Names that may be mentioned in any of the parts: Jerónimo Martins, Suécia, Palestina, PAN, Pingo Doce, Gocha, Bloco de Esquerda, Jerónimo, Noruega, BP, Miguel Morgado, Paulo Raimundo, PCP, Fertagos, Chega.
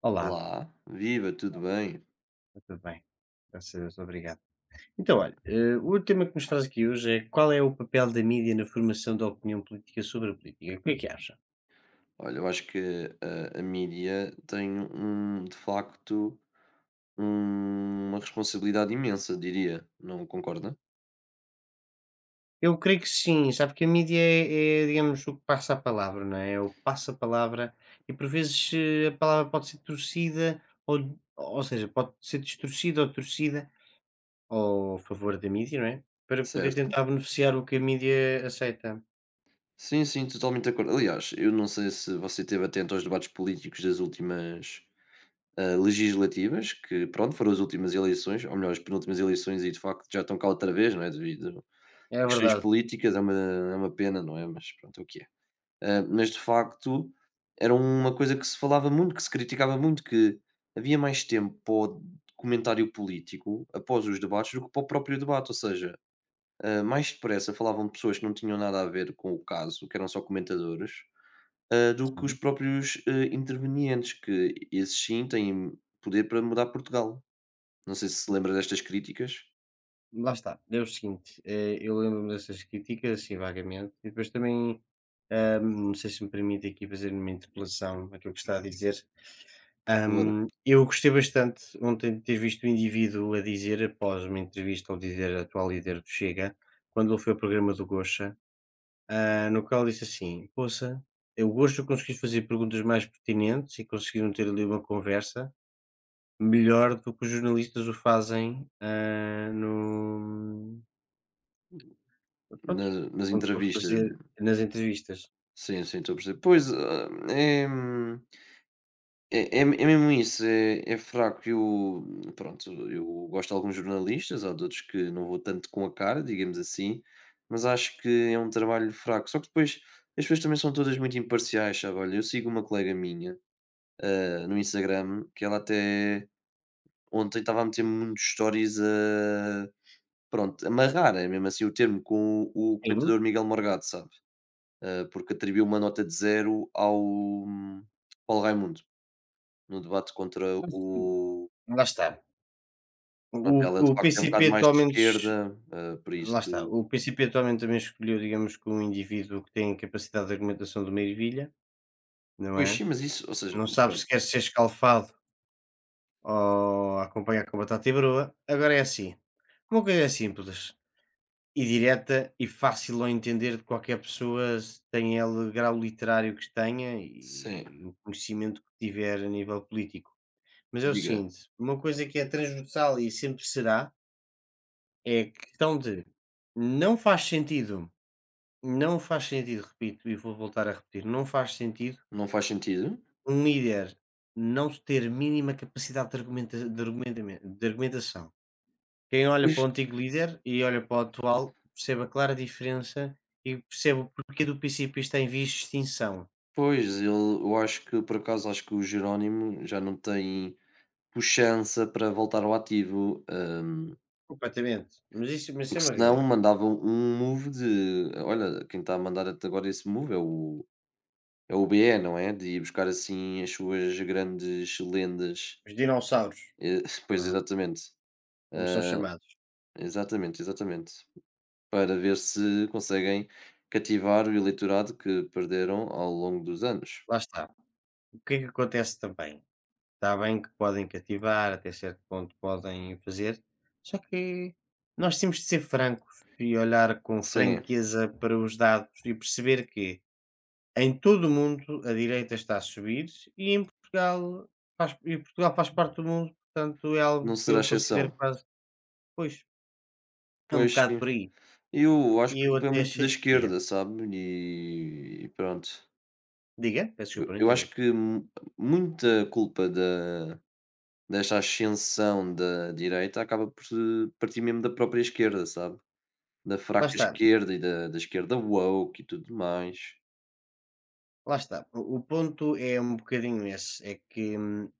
Olá, Olá, viva, tudo bem? está tudo bem? Graças a Deus, obrigado. Então, olha, o tema que nos traz aqui hoje é qual é o papel da mídia na formação da opinião política sobre a política? O que é que acha? Olha, eu acho que a mídia tem um, de facto, uma responsabilidade imensa, diria, não concorda? Eu creio que sim, sabe que a mídia é, digamos, o que passa a palavra, não é? É o que passa a palavra e por vezes a palavra pode ser torcida, ou seja, pode ser distorcida ou torcida ao favor da mídia, não é? Para poder Certo? tentar beneficiar o que a mídia aceita. Sim, sim, totalmente de acordo. Aliás, eu não sei se você esteve atento aos debates políticos das últimas legislativas, que pronto, foram as últimas eleições, ou melhor, as penúltimas eleições, e de facto já estão cá outra vez, não é? Devido É a questões verdade. políticas, é uma pena, não é? Mas pronto, é o que é. Ah, mas de facto era uma coisa que se falava muito, que se criticava muito, que havia mais tempo para o comentário político após os debates do que para o próprio debate. Ou seja, mais depressa falavam pessoas que não tinham nada a ver com o caso, que eram só comentadores, do que os próprios intervenientes, que esses sim têm poder para mudar Portugal. Não sei se se lembra destas críticas. Lá está, é o seguinte, eu lembro-me dessas críticas, assim, vagamente, e depois também, não sei se me permite aqui fazer uma interpelação àquilo que está a dizer. Por favor, Eu gostei bastante ontem de ter visto o indivíduo a dizer, após uma entrevista ao dizer a atual líder do Chega, quando ele foi ao programa do Gocha, no qual disse assim: Poça, eu gosto de conseguir fazer perguntas mais pertinentes e conseguiram ter ali uma conversa melhor do que os jornalistas o fazem ah, no. Pronto, nas como estou a entrevistas. fazer nas entrevistas. Sim, sim, estou a perceber. Pois, ah, é. É mesmo isso, é fraco. Eu, pronto, eu gosto de alguns jornalistas, há de outros que não vou tanto com a cara, digamos assim, mas acho que é um trabalho fraco. Só que depois as pessoas também são todas muito imparciais, sabe? Olha, eu sigo uma colega minha, no Instagram, que ela até ontem estava a meter muitos stories a pronto, amarrar, é mesmo assim o termo, com o Sim, comentador Miguel Morgado, sabe? Ah, porque atribuiu uma nota de zero ao Paulo Raimundo, no debate contra mas sim, o lá está. O Pronto, ela de o facto é um PCP bocado mais de atualmente esquerda, por lá está, isso o PCP atualmente também escolheu, digamos, que um indivíduo que tem capacidade de argumentação de uma ervilha, não pois é? sim, mas isso ou seja, Não sabe se pronto quer ser escalfado ou acompanhar com batata e broa. Agora é assim, uma coisa é simples e direta e fácil ao entender de qualquer pessoa, se tem ele grau literário que tenha sim, e o conhecimento que tiver a nível político. Mas é o diga, seguinte, uma coisa que é transversal e sempre será, é a questão de não faz sentido, não faz sentido, repito, e vou voltar a repetir, não faz sentido não faz sentido? um líder não ter mínima capacidade de, argumenta, de, argumenta, de argumentação. Quem olha Pois, para o antigo líder e olha para o atual percebe a clara diferença e percebe o porquê do princípio está em vias de extinção. pois ele eu acho que por acaso acho que o Jerónimo já não tem puxança para voltar ao ativo, Completamente. Mas isso é porque uma senão realidade. mandava um move de olha, quem está a mandar até agora esse move é o é o BE, não é? De ir buscar assim as suas grandes lendas, Os dinossauros, eh, pois não é? exatamente, Como são chamados. exatamente, exatamente. Para ver se conseguem cativar o eleitorado que perderam ao longo dos anos. Lá está. O que é que acontece também? Está bem que podem cativar, até certo ponto podem fazer, só que nós temos de ser francos e olhar com Sim, franqueza para os dados e perceber que em todo o mundo a direita está a subir e em Portugal faz, e Portugal faz parte do mundo, portanto é não algo que será eu considero exceção. quase, pois, é um Pois bocado sim. por aí. Eu E acho que a eu culpa é até muito da achei, diga, esquerda, sabe? E pronto. diga, peço desculpa, não Eu entendi. acho que muita culpa desta ascensão da direita acaba por se partir mesmo da própria esquerda, sabe? Da Lá fraca está, esquerda e da esquerda woke e tudo mais. lá está. O ponto é um bocadinho esse, é que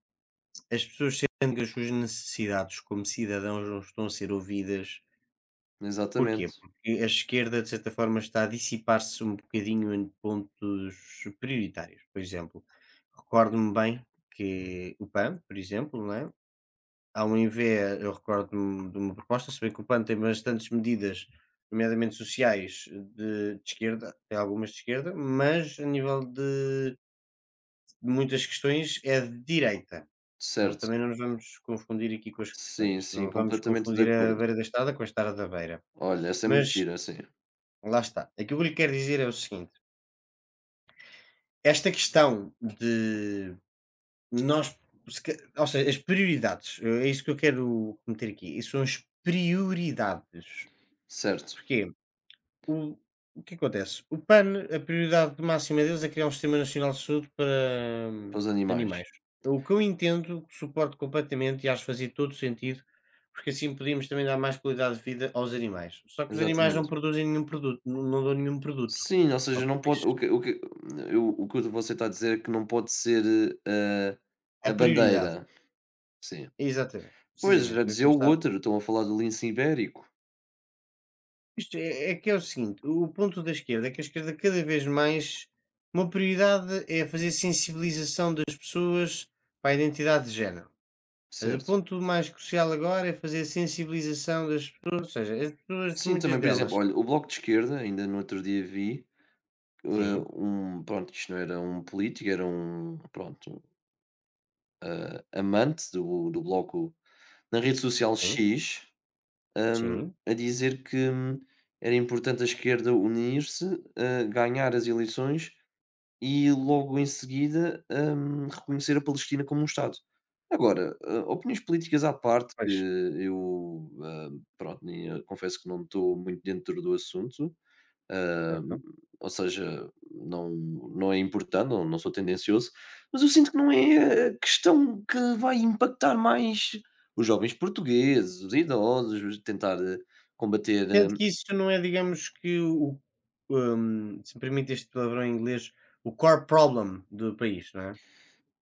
as pessoas sentem que as suas necessidades como cidadãos não estão a ser ouvidas. Porquê? Exatamente. Porque a esquerda, de certa forma, está a dissipar-se um bocadinho em pontos prioritários. Por exemplo, recordo-me bem que o PAN, por exemplo, não é? Ao invés, eu recordo-me de uma proposta, se bem que o PAN tem bastantes medidas, nomeadamente sociais, de esquerda, tem algumas de esquerda, mas a nível de muitas questões é de direita. Portanto, Certo. também não nos vamos confundir aqui com as Sim, questões. sim, Não vamos completamente de confundir a acordo. beira da estrada com a estrada da beira. Olha, essa é Mas, mentira, sim. lá está. Aquilo que eu lhe quero dizer é o seguinte: esta questão de nós, se ca- ou seja, as prioridades, é isso que eu quero meter aqui. E são as prioridades. Certo, Porquê? O, o que acontece? O PAN, a prioridade máxima deles é criar um sistema nacional de saúde para para os animais. animais. O que eu entendo, suporto completamente e acho que fazia todo sentido, porque assim podíamos também dar mais qualidade de vida aos animais. Só que os animais não Exatamente. produzem nenhum produto, não, não dão nenhum produto Sim, ou seja, ao não país. pode o que eu o que você está a dizer é que não pode ser, eh, A a prioridade, bandeira. Sim. exatamente, Pois, já precisamente, vai dizia o começar. outro, estão a falar do lince ibérico, Isto é, é que é o seguinte: o ponto da esquerda é que a esquerda, cada vez mais, uma prioridade é fazer sensibilização das pessoas para a identidade de género. Mas o certo. ponto mais crucial agora é fazer a sensibilização das pessoas, ou seja, as pessoas, Sim, muitas também, por exemplo, delas olha, o Bloco de Esquerda, ainda no outro dia vi, eh, sim, um pronto, isto não era um político, era um, pronto, amante do Bloco na rede social sim, X sim, a dizer que era importante a esquerda unir-se, ganhar as eleições e logo em seguida reconhecer a Palestina como um Estado. Agora, opiniões políticas à parte, que pois, eu ah, pronto, eu confesso que não estou muito dentro do assunto, ah, certo. ou seja, não, não é importante, não, não sou tendencioso, mas eu sinto que não é a questão que vai impactar mais os jovens portugueses, os idosos, tentar combater. Sendo que isso não é, digamos que o, se me permite este palavrão em inglês, o core problem do país, não é?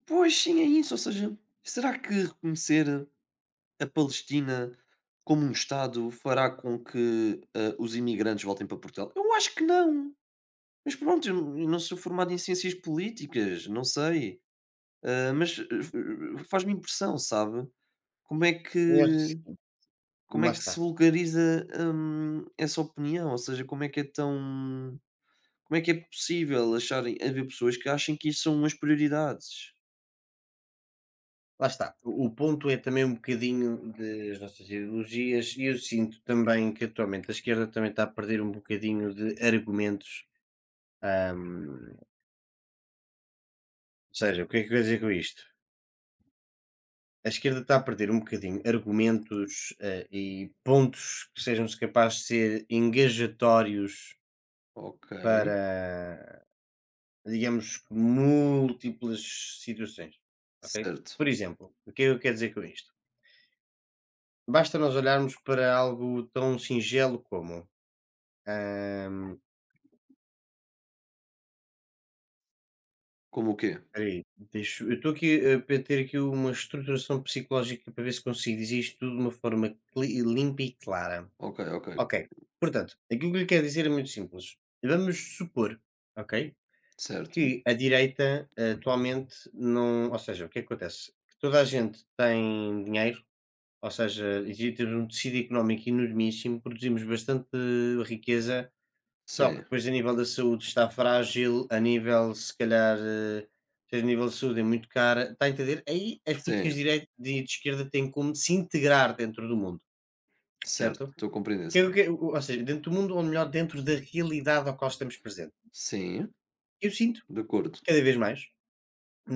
Pois sim, é isso. Ou seja, será que reconhecer a Palestina como um Estado fará com que os imigrantes voltem para Portugal? Eu acho que não. Mas pronto, eu não sou formado em ciências políticas, não sei. Ah, mas faz-me impressão, sabe? Como é Eu acho que que sim. como é Lá que está, se vulgariza, essa opinião? Ou seja, como é que é tão como é que é possível acharem haver pessoas que achem que isso são umas prioridades? lá está. O ponto é também um bocadinho das nossas ideologias e eu sinto também que atualmente a esquerda também está a perder um bocadinho de argumentos. hum, ou seja, o que é que eu quero dizer com isto? A esquerda está a perder um bocadinho argumentos, e pontos que sejam capazes de ser engajatórios Ok, para, digamos, múltiplas situações, ok? certo. Por exemplo, o que é que eu quero dizer com isto? Basta nós olharmos para algo tão singelo como, hã, Como o quê? espera aí, deixa eu estou aqui a pe ter aqui uma estruturação psicológica para ver se consigo dizer isto tudo de uma forma cli limpa e clara. Ok, ok. Ok. Portanto, aquilo que lhe quero dizer é muito simples. Vamos supor, ok, Certo. que a direita atualmente não. Ou seja, o que é que acontece? Que toda a gente tem dinheiro, ou seja, existe um tecido económico enormíssimo, produzimos bastante riqueza, só que Sim, depois a nível da saúde está frágil, a nível, se calhar, seja, a nível de saúde é muito cara. Está a entender? Aí as sim, políticas de direita e de esquerda têm como se integrar dentro do mundo, certo. certo? Estou a compreender, Que é sim. o que é ou seja, dentro do mundo, ou melhor, dentro da realidade ao qual estamos presentes. Sim, Eu sinto, de acordo. cada vez mais,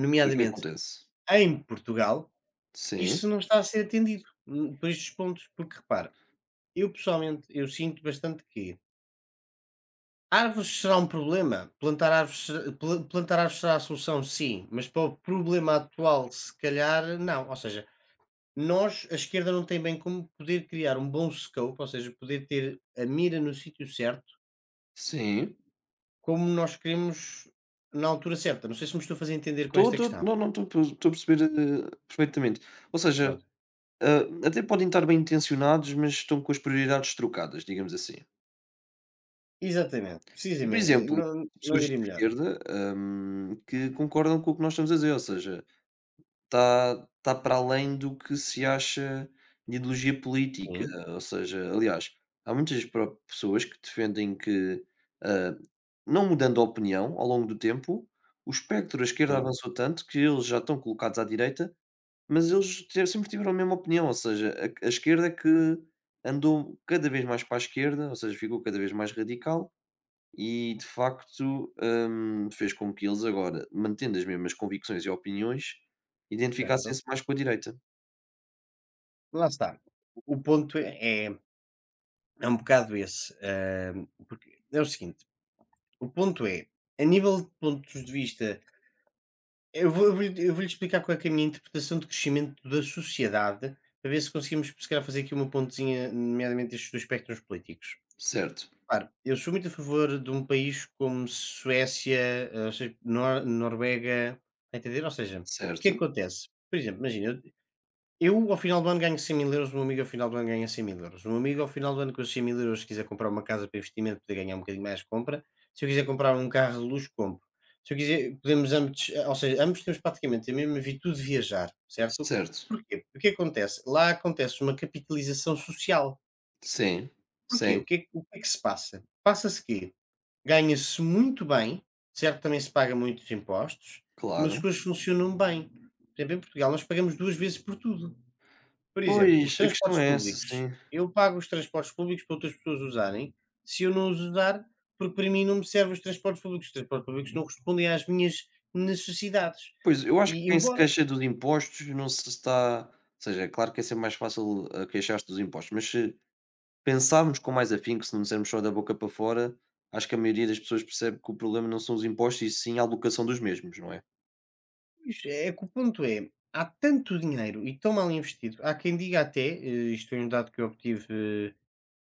O que é que acontece? em Portugal, Sim, isto não está a ser atendido, por estes pontos. Porque repara, eu pessoalmente, eu sinto bastante que árvores será um problema, plantar árvores se pla plantar árvores será a solução, sim, mas para o problema atual, se calhar, não. Ou seja, nós, a esquerda não tem bem como poder criar um bom scope, ou seja, poder ter a mira no sítio certo. sim. Como nós queremos na altura certa, não sei se me estou a fazer entender com Estou esta questão. não, não, estou a perceber, perfeitamente. Ou seja Pronto. Ah, até podem estar bem intencionados, mas estão com as prioridades trocadas, digamos assim. Exatamente, E, por precisamente, exemplo, não pessoas de diria melhor. esquerda, que concordam com o que nós estamos a dizer, ou seja, está para além do que se acha de ideologia política. Sim, Ou seja, aliás, há muitas pessoas que defendem que, ah, não mudando a opinião ao longo do tempo, o espectro da esquerda sim, avançou tanto que eles já estão colocados à direita. Mas eles te sempre tiveram a mesma opinião, ou seja, a esquerda que andou cada vez mais para a esquerda, ou seja, ficou cada vez mais radical e de facto, fez com que eles agora, mantendo as mesmas convicções e opiniões, certo. identificassem-se mais com a direita. Lá está. O ponto é é um bocado esse, porque é o seguinte, o ponto é, a nível de pontos de vista eu vou-lhe explicar qual é que é a minha interpretação de crescimento da sociedade, para ver se conseguimos se calhar fazer aqui uma pontezinha, nomeadamente estes 2 espectros políticos. Certo, Claro, eu sou muito a favor de um país como Suécia, ou seja, Nor Noruega, tá a entender? Ou seja, o que é que certo, acontece? Por exemplo, imagina, eu ao final do ano ganho 100 mil euros, o meu amigo ao final do ano ganha 100 mil euros. O meu amigo ao final do ano com os 100 mil euros, se quiser comprar uma casa para investimento, poder ganhar um bocadinho mais, compra. Se eu quiser comprar um carro de luxo, compro. Se eu quiser, podemos ambos, ou seja, ambos temos praticamente a mesma virtude de viajar, certo? certo. Porquê? Porque acontece? Lá acontece uma capitalização social. Sim, Porquê? sim, O que é, que o que é que se passa? Passa-se quê? Ganha-se muito bem, certo, também se paga muitos impostos, mas as claro. coisas funcionam bem. Por exemplo, em Portugal nós pagamos 2 vezes por tudo. Por exemplo, os Pois, a questão transportes é essa, públicos. sim. Eu pago os transportes públicos para outras pessoas usarem, se eu não os usar, porque para mim não me servem os transportes públicos não respondem às minhas necessidades. Pois, eu acho que E quem se embora queixa dos impostos não se está ou seja, é claro que é sempre mais fácil, queixar-se dos impostos, mas se pensarmos com mais afinco, se não dissermos só da boca para fora, acho que a maioria das pessoas percebe que o problema não são os impostos e sim a alocação dos mesmos, não é? isto é que o ponto é, há tanto dinheiro e tão mal investido, há quem diga até, isto é um dado que eu obtive,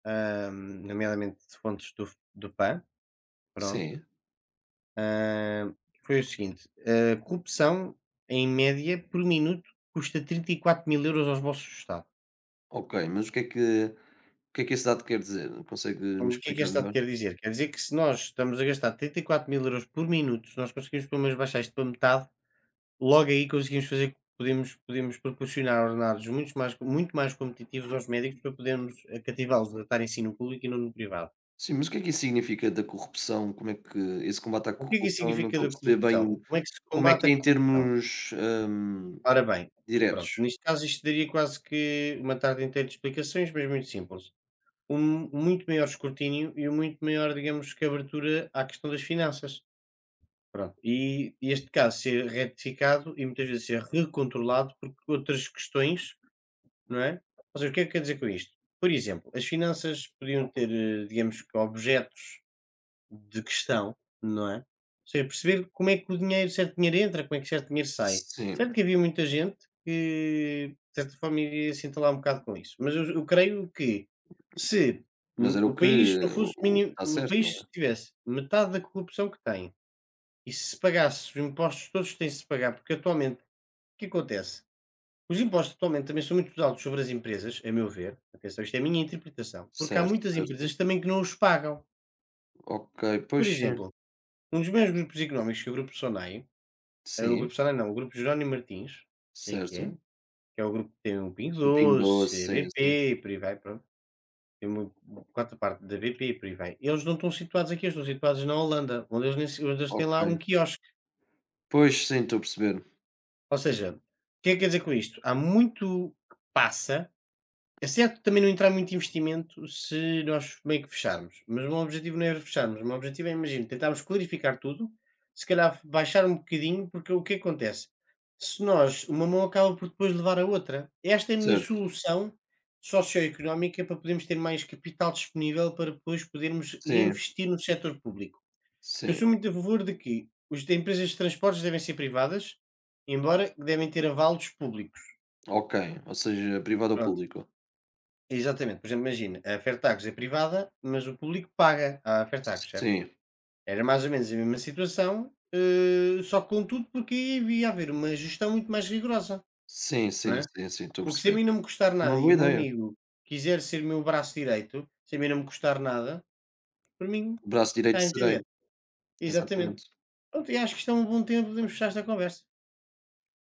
nomeadamente de fontes do PAN. Pronto. Sim. Ah, foi o seguinte, a corrupção, em média, por minuto, custa 34 000 € aos bolsos do Estado. Ok, mas o que é que, o que, é que esse dado quer dizer? Consegue me O que é que explicar este dado melhor? quer dizer? Quer dizer que se nós estamos a gastar 34 000 € por minuto, se nós conseguimos pelo menos baixar isto para metade, logo aí conseguimos fazer podemos proporcionar ordenados muito mais competitivos aos médicos para podermos, cativá-los a estar em ensino público e não no privado. Sim, mas o que é que isso significa da corrupção? Como é que esse combate à O que é que isso corrupção, não significa estou a da perceber corrupção? bem Como é que se como é que combate é a em corrupção? termos Ora bem, e pronto, diretos? neste caso isto daria quase que uma tarde inteira de explicações, mas muito simples. Um muito maior escrutínio e um muito maior, digamos, que abertura à questão das finanças. Pronto. E este caso ser retificado e muitas vezes ser recontrolado por outras questões, não é? Ou seja, o que é que quer dizer com isto? Por exemplo, as finanças podiam ter, digamos que objetos de questão, não é? Ou seja, perceber como é que o dinheiro, certo dinheiro entra, como é que certo dinheiro sai. Sim, Certo que havia muita gente que, de certa forma, iria se entalar um bocado com isso, mas eu creio que se mas era o país não fosse o que mínimo, está o certo, não país é? tivesse metade da corrupção que tem e se pagasse os impostos todos que têm-se de pagar, porque atualmente, o que acontece? Os impostos atualmente também são muito altos sobre as empresas, a meu ver. Atenção, isto é a minha interpretação. Porque há Certo, muitas certo. empresas também que não os pagam. Ok, Por pois sim, exemplo, um dos maiores grupos económicos que é o grupo SONAI, o sim, grupo SONAI não, o grupo Jerónimo Martins, sim certo. que é o grupo que tem o Pingo Do Pingo Doce, Doce, a sim, sim. BP e por aí vai, pronto. Tem uma quarta parte da BP e por aí vai. Eles não estão situados aqui, eles estão situados na Holanda, onde eles, nem se- onde eles têm Ok. lá um quiosque. Pois, sim, estou a perceber. Ou seja, o que é que quer dizer com isto? Há muito que passa. É certo também não entrar muito investimento se nós meio que fecharmos, mas o meu objetivo não é fecharmos, o meu objetivo é, imagino tentarmos clarificar tudo, se calhar baixar um bocadinho, porque o que acontece? Se nós uma mão acaba por depois levar a outra. Esta é a minha Certo. solução socioeconómica para podermos ter mais capital disponível para depois podermos Sim, investir no setor público. Eu sim. sou muito a favor de que as empresas de transportes devem ser privadas, embora devem ter avalos públicos. Ok. Ou seja, privado ou Pronto. público. Exatamente, por exemplo, imagina, a Fertagos é privada, mas o público paga à Fertagos, certo? Sim. Era mais ou menos a mesma situação, só que contudo porque aí havia haver uma gestão muito mais rigorosa, Sim, não sim, é? sim, sim, estou a Porque se a perceber. mim não me custar nada Uma e boa o meu ideia. amigo quiser ser meu braço direito, se a mim não me custar nada, por mim, O Braço está direito a serei. entender? Exatamente. Exatamente. Pronto, e acho que isto é um bom tempo, podemos fechar esta conversa.